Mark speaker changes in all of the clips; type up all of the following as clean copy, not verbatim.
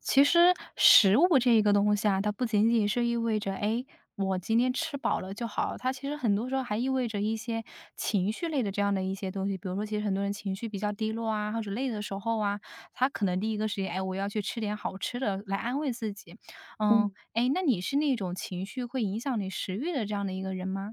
Speaker 1: 其实食物这一个东西啊，它不仅仅是意味着，哎，我今天吃饱了就好，它其实很多时候还意味着一些情绪类的这样的一些东西。比如说，其实很多人情绪比较低落啊，或者累的时候啊，他可能第一个时间，哎，我要去吃点好吃的来安慰自己。嗯，
Speaker 2: 嗯，
Speaker 1: 哎，那你是那种情绪会影响你食欲的这样的一个人吗？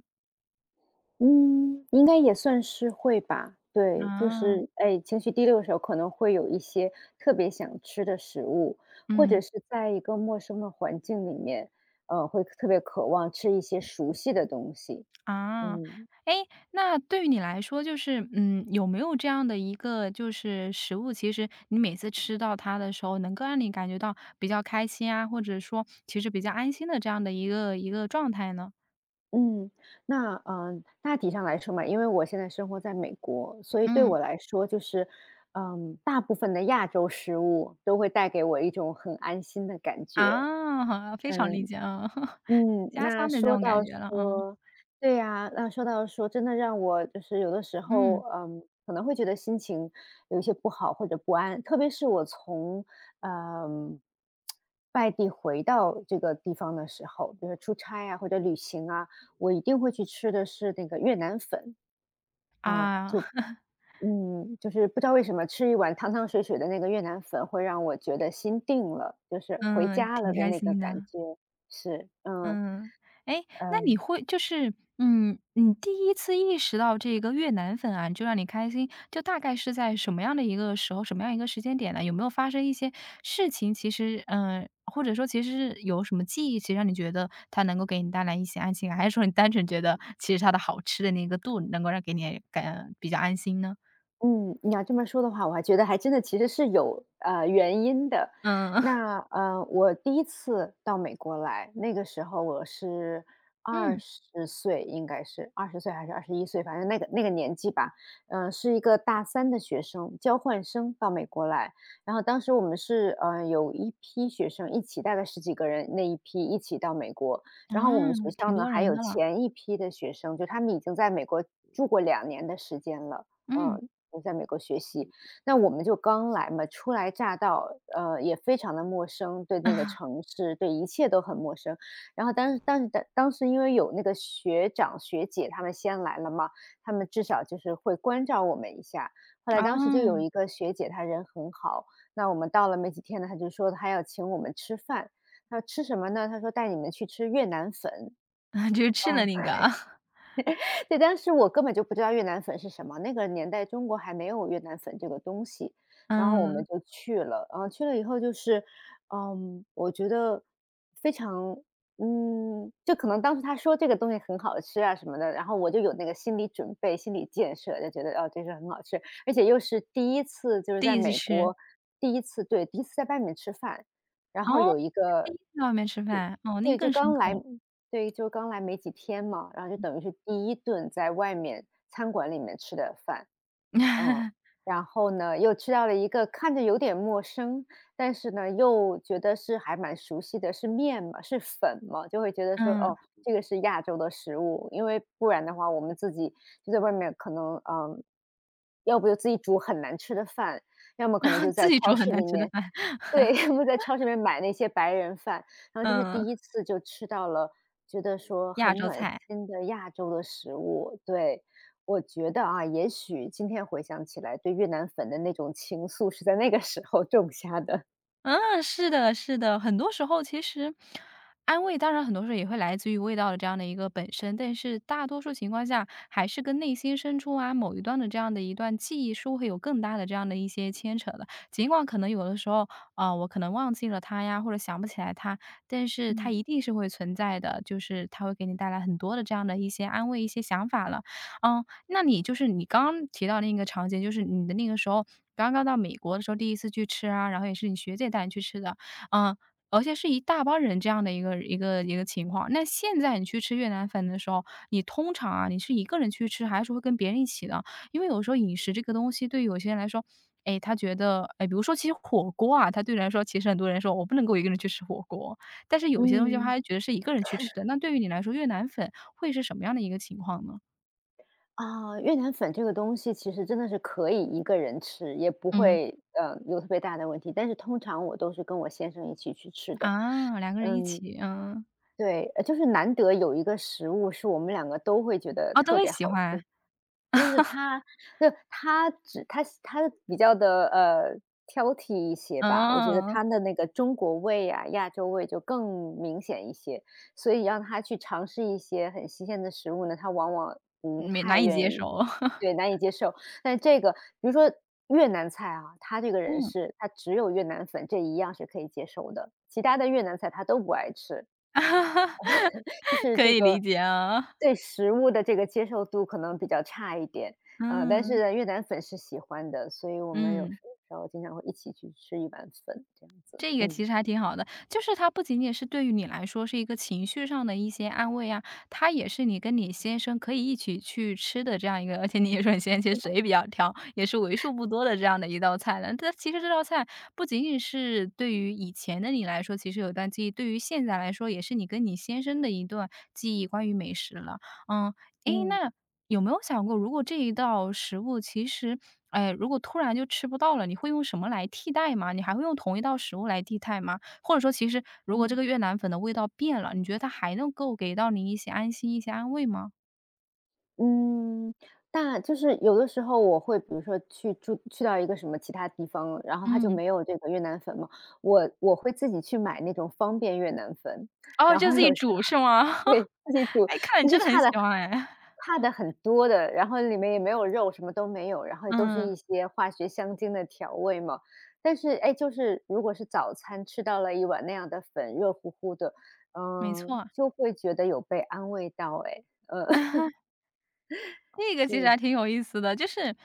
Speaker 2: 嗯，应该也算是会吧。对，就
Speaker 1: 啊。
Speaker 2: 是，哎，情绪低落的时候可能会有一些特别想吃的食物，或者
Speaker 1: 嗯。
Speaker 2: 是在一个陌生的环境里面，会特别渴望吃一些熟悉的东西。
Speaker 1: 啊，
Speaker 2: 嗯。
Speaker 1: 哎，那对于你来说，就是，嗯，有没有这样的一个就是食物，其实你每次吃到它的时候，能够让你感觉到比较开心啊，或者说其实比较安心的这样的一个状态呢？
Speaker 2: 嗯，那大体上来说嘛，因为我现在生活在美国，所以对
Speaker 1: 嗯。
Speaker 2: 我来说就是，大部分的亚洲食物都会带给我一种很安心的感觉。
Speaker 1: 啊。非常理
Speaker 2: 嗯。
Speaker 1: 解，啊。
Speaker 2: 嗯，
Speaker 1: 家
Speaker 2: 那
Speaker 1: 乡的那
Speaker 2: 说
Speaker 1: 种感
Speaker 2: 到
Speaker 1: 觉了，嗯。
Speaker 2: 说对呀，那说到说真的让我就是有的时候，
Speaker 1: 嗯。
Speaker 2: 可能会觉得心情有一些不好或者不安，特别是我从，嗯，外地回到这个地方的时候，比如说出差啊或者旅行啊，我一定会去吃的是那个越南粉，嗯，
Speaker 1: 啊。
Speaker 2: 嗯，就是不知道为什么吃一碗汤汤水水的那个越南粉会让我觉得心定了，就是回
Speaker 1: 嗯，
Speaker 2: 家
Speaker 1: 挺
Speaker 2: 了的
Speaker 1: 开
Speaker 2: 那个
Speaker 1: 心
Speaker 2: 感
Speaker 1: 的。
Speaker 2: 觉，是，嗯，
Speaker 1: 嗯，哎，那你
Speaker 2: 嗯。
Speaker 1: 会就是嗯，你第一次意识到这个越南粉啊，就让你开心，就大概是在什么样的一个时候，什么样一个时间点呢？有没有发生一些事情，其实嗯，或者说其实是有什么记忆，其实让你觉得它能够给你带来一些安心感，还是说你单纯觉得其实它的好吃的那个度能够让给你感比较安心呢？
Speaker 2: 嗯，你要这么说的话，我还觉得还真的其实是有原因的。
Speaker 1: 嗯。
Speaker 2: 那我第一次到美国来，那个时候我是二
Speaker 1: 嗯。
Speaker 2: 十岁，应该是二十岁还是21岁，反正那个年纪吧。是一个大三的学生，交换生到美国来。然后当时我们是有一批学生一起，大概十几个人那一批一起到美国。
Speaker 1: 啊，
Speaker 2: 然后我们学校
Speaker 1: 挺
Speaker 2: 呢
Speaker 1: 多
Speaker 2: 还
Speaker 1: 人
Speaker 2: 有
Speaker 1: 的了。
Speaker 2: 前一批的学生，就他们已经在美国住过2年的时间了。
Speaker 1: 嗯。
Speaker 2: 嗯，我在美国学习，那我们就刚来嘛，初来乍到，也非常的陌生，对
Speaker 1: 啊
Speaker 2: 那个城市，对一切都很陌生。然后当时因为有那个学长学姐他们先来了嘛，他们至少就是会关照我们一下。后来当时就有一个学姐，她人很好，那我们到了没几天呢，她就说她要请我们吃饭，她说："吃什么呢？"她说："带你们去吃越南粉。"
Speaker 1: 啊，就是吃了
Speaker 2: 嗯。
Speaker 1: 那个啊。
Speaker 2: 对，但是我根本就不知道越南粉是什么，那个年代中国还没有越南粉这个东西，然后我们
Speaker 1: 嗯。
Speaker 2: 就去了，然后去了以后就是，我觉得非常，就可能当时他说这个东西很好吃啊什么的，然后我就有那个心理准备、心理建设，就觉得哦，这是很好吃，而且又是第一次，就是
Speaker 1: 第
Speaker 2: 在
Speaker 1: 一次
Speaker 2: 美
Speaker 1: 吃。
Speaker 2: 国第一次，对，第一次在外面吃饭，然后
Speaker 1: 哦，
Speaker 2: 有一
Speaker 1: 还第
Speaker 2: 个
Speaker 1: 一次在外面吃饭，哦，那
Speaker 2: 对，就
Speaker 1: 更深
Speaker 2: 刚
Speaker 1: 刻
Speaker 2: 来
Speaker 1: 了。
Speaker 2: 对，就刚来没几天嘛，然后就等于是第一顿在外面餐馆里面吃的饭，嗯。然后呢，又吃到了一个看着有点陌生，但是呢，又觉得是还蛮熟悉的，是面嘛，是粉嘛，就会觉得说，
Speaker 1: 嗯。
Speaker 2: 哦，这个是亚洲的食物，因为不然的话，我们自己就在外面可能，要不就自己煮很难吃的饭，要么可
Speaker 1: 然
Speaker 2: 能
Speaker 1: 后
Speaker 2: 就
Speaker 1: 自
Speaker 2: 在
Speaker 1: 己
Speaker 2: 超
Speaker 1: 煮很
Speaker 2: 市
Speaker 1: 难
Speaker 2: 里
Speaker 1: 吃的
Speaker 2: 面，
Speaker 1: 饭。
Speaker 2: 对，我们在超市里面买那些白人饭，然后这是
Speaker 1: 嗯。
Speaker 2: 第一次就吃到了，觉得说
Speaker 1: 亚
Speaker 2: 很
Speaker 1: 洲
Speaker 2: 暖
Speaker 1: 菜。
Speaker 2: 心的亚洲的食物。对，我觉得啊，也许今天回想起来，对越南粉的那种情愫是在那个时候种下的。
Speaker 1: 嗯，是的是的。很多时候其实安慰当然很多时候也会来自于味道的这样的一个本身，但是大多数情况下还是跟内心深处啊，某一段的这样的一段记忆是会有更大的这样的一些牵扯的。尽管可能有的时候，啊，我可能忘记了它呀，或者想不起来它，但是它
Speaker 2: 嗯。
Speaker 1: 一定是会存在的，就是它会给你带来很多的这样的一些安慰、一些想法了。嗯，那你就是你刚刚提到那个场景，就是你的那个时候刚刚到美国的时候，第一次去吃啊，然后也是你学姐带你去吃的。嗯。而且是一大帮人这样的一个情况。那现在你去吃越南粉的时候，你通常啊，你是一个人去吃，还是会跟别人一起的？因为有时候饮食这个东西，对于有些人来说，哎，他觉得，哎，比如说其实火锅啊，他对人来说，其实很多人说我不能够一个人去吃火锅，但是有些东西他
Speaker 2: 嗯，
Speaker 1: 还觉得是一个人去吃的。那对于你来说，越南粉会是什么样的一个情况呢？
Speaker 2: 啊，越南粉这个东西其实真的是可以一个人吃，也不
Speaker 1: 嗯。
Speaker 2: 会，有特别大的问题，但是通常我都是跟我先生一起去吃的。
Speaker 1: 啊两个人一
Speaker 2: 嗯，
Speaker 1: 起，嗯。
Speaker 2: 对，就是难得有一个食物是我们两个都会觉得
Speaker 1: 哦，都
Speaker 2: 特
Speaker 1: 会
Speaker 2: 别
Speaker 1: 喜
Speaker 2: 好
Speaker 1: 欢。
Speaker 2: 吃，就是 他，就他只他他比较的挑剔一些吧，我觉得
Speaker 1: 嗯，
Speaker 2: 他的那个中国味呀、亚洲味就更明显一些，所以让他去尝试一些很新鲜的食物呢，他往往不
Speaker 1: 没
Speaker 2: 太
Speaker 1: 难以
Speaker 2: 愿
Speaker 1: 接
Speaker 2: 意，
Speaker 1: 受。
Speaker 2: 对，难以接受。但这个比如说越南菜啊，他这个人
Speaker 1: 嗯。
Speaker 2: 是他只有越南粉这一样是可以接受的，其他的越南菜他都不爱吃。就 是
Speaker 1: 可
Speaker 2: 这
Speaker 1: 以理
Speaker 2: 个
Speaker 1: 解啊。
Speaker 2: 对食物的这个接受度可能比较差一点，但是
Speaker 1: 嗯。
Speaker 2: 呢越南粉是喜欢的，所以我们有
Speaker 1: 嗯。
Speaker 2: 时候经常会一起去吃一碗粉这样子，
Speaker 1: 这个其
Speaker 2: 嗯。
Speaker 1: 实还挺好的，就是它不仅仅是对于你来说是一个情绪上的一些安慰啊，它也是你跟你先生可以一起去吃的这样一个，而且你也说你先生其实嘴比较挑，也是为数不多的这样的一道菜了。它其实这道菜不仅仅是对于以前的你来说，其实有段记忆，对于现在来说也是你跟你先生的一段记忆，关于美食了。嗯，诶，
Speaker 2: 嗯，
Speaker 1: 那有没有想过，如果这一道食物其实，哎，如果突然就吃不到了，你会用什么来替代吗？你还会用同一道食物来替代吗？或者说，其实如果这
Speaker 2: 嗯。
Speaker 1: 个越南粉的味道变了，你觉得它还能够给到你一些安心、一些安慰吗？
Speaker 2: 嗯，但就是有的时候我会比如说去到一个什么其他地方，然后它就
Speaker 1: 嗯。
Speaker 2: 没有这个越南粉嘛，我会自己去买那种方便越南粉，
Speaker 1: 哦，
Speaker 2: 然
Speaker 1: 就
Speaker 2: 后
Speaker 1: 自
Speaker 2: 有
Speaker 1: 己
Speaker 2: 时候，
Speaker 1: 煮是吗？
Speaker 2: 对，自己煮，
Speaker 1: 哎，看来
Speaker 2: 其
Speaker 1: 你真
Speaker 2: 实
Speaker 1: 的很
Speaker 2: 差
Speaker 1: 喜
Speaker 2: 的
Speaker 1: 欢哎。
Speaker 2: 差的很多的，然后里面也没有肉，什么都没有，然后 都是
Speaker 1: 嗯，
Speaker 2: 一些化学香精的调味嘛。但是哎，就是如果是早餐吃到了一碗那样的粉，热乎乎的，
Speaker 1: 没错。
Speaker 2: 就会觉得有被安慰到哎，
Speaker 1: 那个其实
Speaker 2: 是。
Speaker 1: 还挺有意思的，就是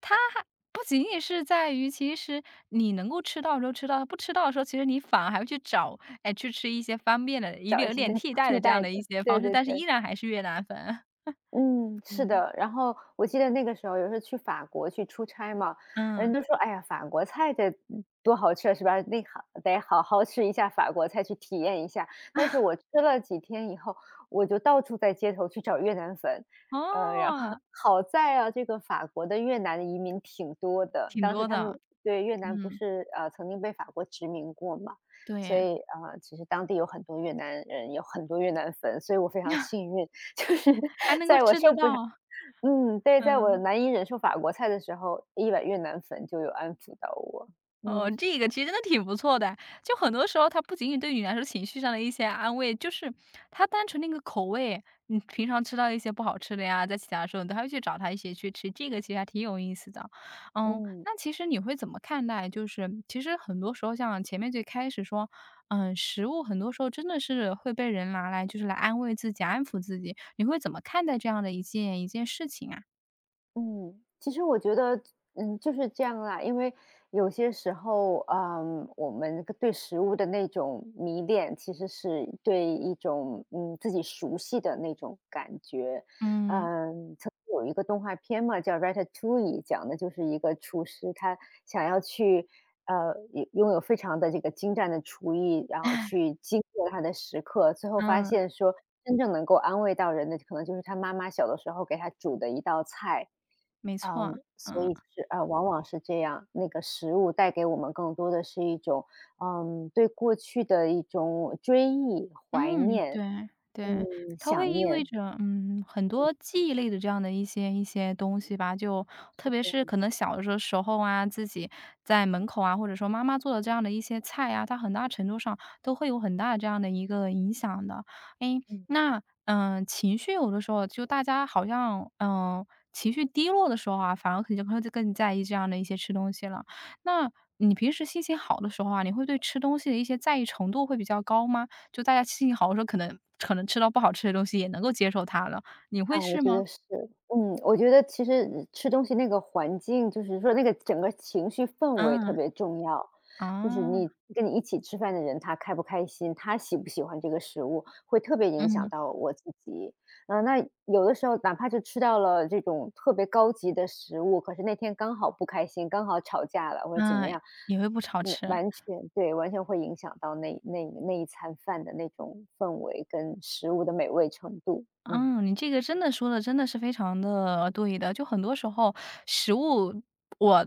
Speaker 1: 它还不仅仅是在于，其实你能够吃到的时候吃到，不吃到的时候，其实你反而还会去找，哎，去吃一些方便的，一
Speaker 2: 找
Speaker 1: 点
Speaker 2: 一
Speaker 1: 有
Speaker 2: 些
Speaker 1: 点 替代
Speaker 2: 替
Speaker 1: 的这样
Speaker 2: 代的，
Speaker 1: 的一些
Speaker 2: 对
Speaker 1: 方式，
Speaker 2: 对
Speaker 1: 但是依
Speaker 2: 对。
Speaker 1: 然还是越南粉。
Speaker 2: 嗯，是
Speaker 1: 嗯。
Speaker 2: 的。然后我记得那个时候，有时候去法国去出差嘛，人
Speaker 1: 嗯，
Speaker 2: 都说："哎呀，法国菜得多好吃啊是吧？那好得好好吃一下法国菜，去体验一下。"但是我吃了几天以后，我就到处在街头去找越南粉。然后
Speaker 1: 哦，
Speaker 2: 好在啊，这个法国的越南移民挺多的，
Speaker 1: 挺
Speaker 2: 当时
Speaker 1: 多
Speaker 2: 他们
Speaker 1: 的。
Speaker 2: 对越南不
Speaker 1: 嗯，
Speaker 2: 是曾经被法国殖民过嘛，所
Speaker 1: 对。
Speaker 2: 以啊，其实当地有很多越南人，有很多越南粉，所以我非常幸运，就是
Speaker 1: 还能够
Speaker 2: 在我
Speaker 1: 吃得
Speaker 2: 受不了
Speaker 1: 到。
Speaker 2: 嗯，对，在我
Speaker 1: 嗯。
Speaker 2: 难以忍受法国菜的时候，一碗越南粉就有安抚到我，
Speaker 1: 哦，
Speaker 2: 嗯。
Speaker 1: 这个其实真的挺不错的。就很多时候，它不仅仅对你来说情绪上的一些安慰，就是它单纯的一个口味，你平常吃到一些不好吃的呀，在其他时候你都还会去找它一起去吃，这个其实还挺有意思的。嗯，
Speaker 2: 嗯。
Speaker 1: 那其实你会怎么看待？就是其实很多时候，像前面最开始说，嗯，食物很多时候真的是会被人拿来就是来安慰自己、安抚自己。你会怎么看待这样的一件事情啊？
Speaker 2: 嗯，其实我觉得，就是这样啦。因为有些时候，我们对食物的那种迷恋，其实是对一种自己熟悉的那种感觉。
Speaker 1: 嗯。
Speaker 2: 嗯，曾经有一个动画片嘛，叫《Ratatouille》,讲的就是一个厨师，他想要去拥有非常的这个精湛的厨艺，然后去经过他的时刻，最后发
Speaker 1: 嗯，
Speaker 2: 现说，真正能够安慰到人的，可能就是他妈妈小的时候给他煮的一道菜。
Speaker 1: 没错。
Speaker 2: 嗯，所
Speaker 1: 嗯。
Speaker 2: 以就是往往是这样，那个食物带给我们更多的是一种，对过去的一种追忆、怀
Speaker 1: 嗯，
Speaker 2: 念，
Speaker 1: 对
Speaker 2: 嗯，
Speaker 1: 对。它会
Speaker 2: 想
Speaker 1: 意味
Speaker 2: 念，
Speaker 1: 着，嗯，很多记忆类的这样的一些一些东西吧，就特别是
Speaker 2: 对，
Speaker 1: 可能小的时候啊，自己在门口啊，或者说妈妈做的这样的一些菜啊，它很大程度上都会有很大的这样的一个影响的。诶，
Speaker 2: 嗯。
Speaker 1: 那，嗯，情绪有的时候就大家好像，嗯，呃情绪低落的时候啊，反而可能会更在意这样的一些吃东西了。那你平时心情好的时候啊，你会对吃东西的一些在意程度会比较高吗？就大家心情好的时候，可能吃到不好吃的东西也能够接受它了，你会
Speaker 2: 啊，我
Speaker 1: 是
Speaker 2: 觉
Speaker 1: 吗？
Speaker 2: 得是，我觉得其实吃东西那个环境，就是说那个整个情绪氛围特
Speaker 1: 嗯，
Speaker 2: 别重要。就是
Speaker 1: 啊。
Speaker 2: 你跟你一起吃饭的人，他开不开心，他喜不喜欢这个食物，会特别影响
Speaker 1: 嗯。
Speaker 2: 到我自己。嗯，那有的时候哪怕是吃到了这种特别高级的食物，可是那天刚好不开心，刚好吵架了或者怎么
Speaker 1: 嗯，
Speaker 2: 样，
Speaker 1: 也会不常
Speaker 2: 嗯，
Speaker 1: 吃。
Speaker 2: 完全对，完全会影响到那一餐饭的那种氛围跟食物的美味程度，嗯。
Speaker 1: 嗯，你这个真的说的真的是非常的对的。就很多时候食物，我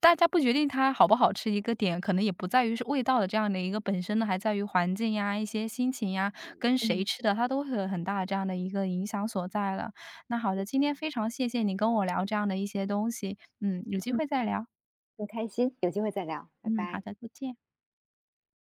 Speaker 1: 大家不决定它好不好吃一个点，可能也不在于是味道的这样的一个本身呢，还在于环境呀、一些心情呀、跟谁
Speaker 2: 嗯。
Speaker 1: 吃的，它都会有很大的这样的一个影响所在了。那好的，今天
Speaker 2: 嗯，
Speaker 1: 非常谢谢你跟我聊这样的一些东西。嗯，有机
Speaker 2: 嗯
Speaker 1: 会再聊。
Speaker 2: 很开心，有机会再聊，拜
Speaker 1: 嗯，好
Speaker 2: 拜。
Speaker 1: 的，再见。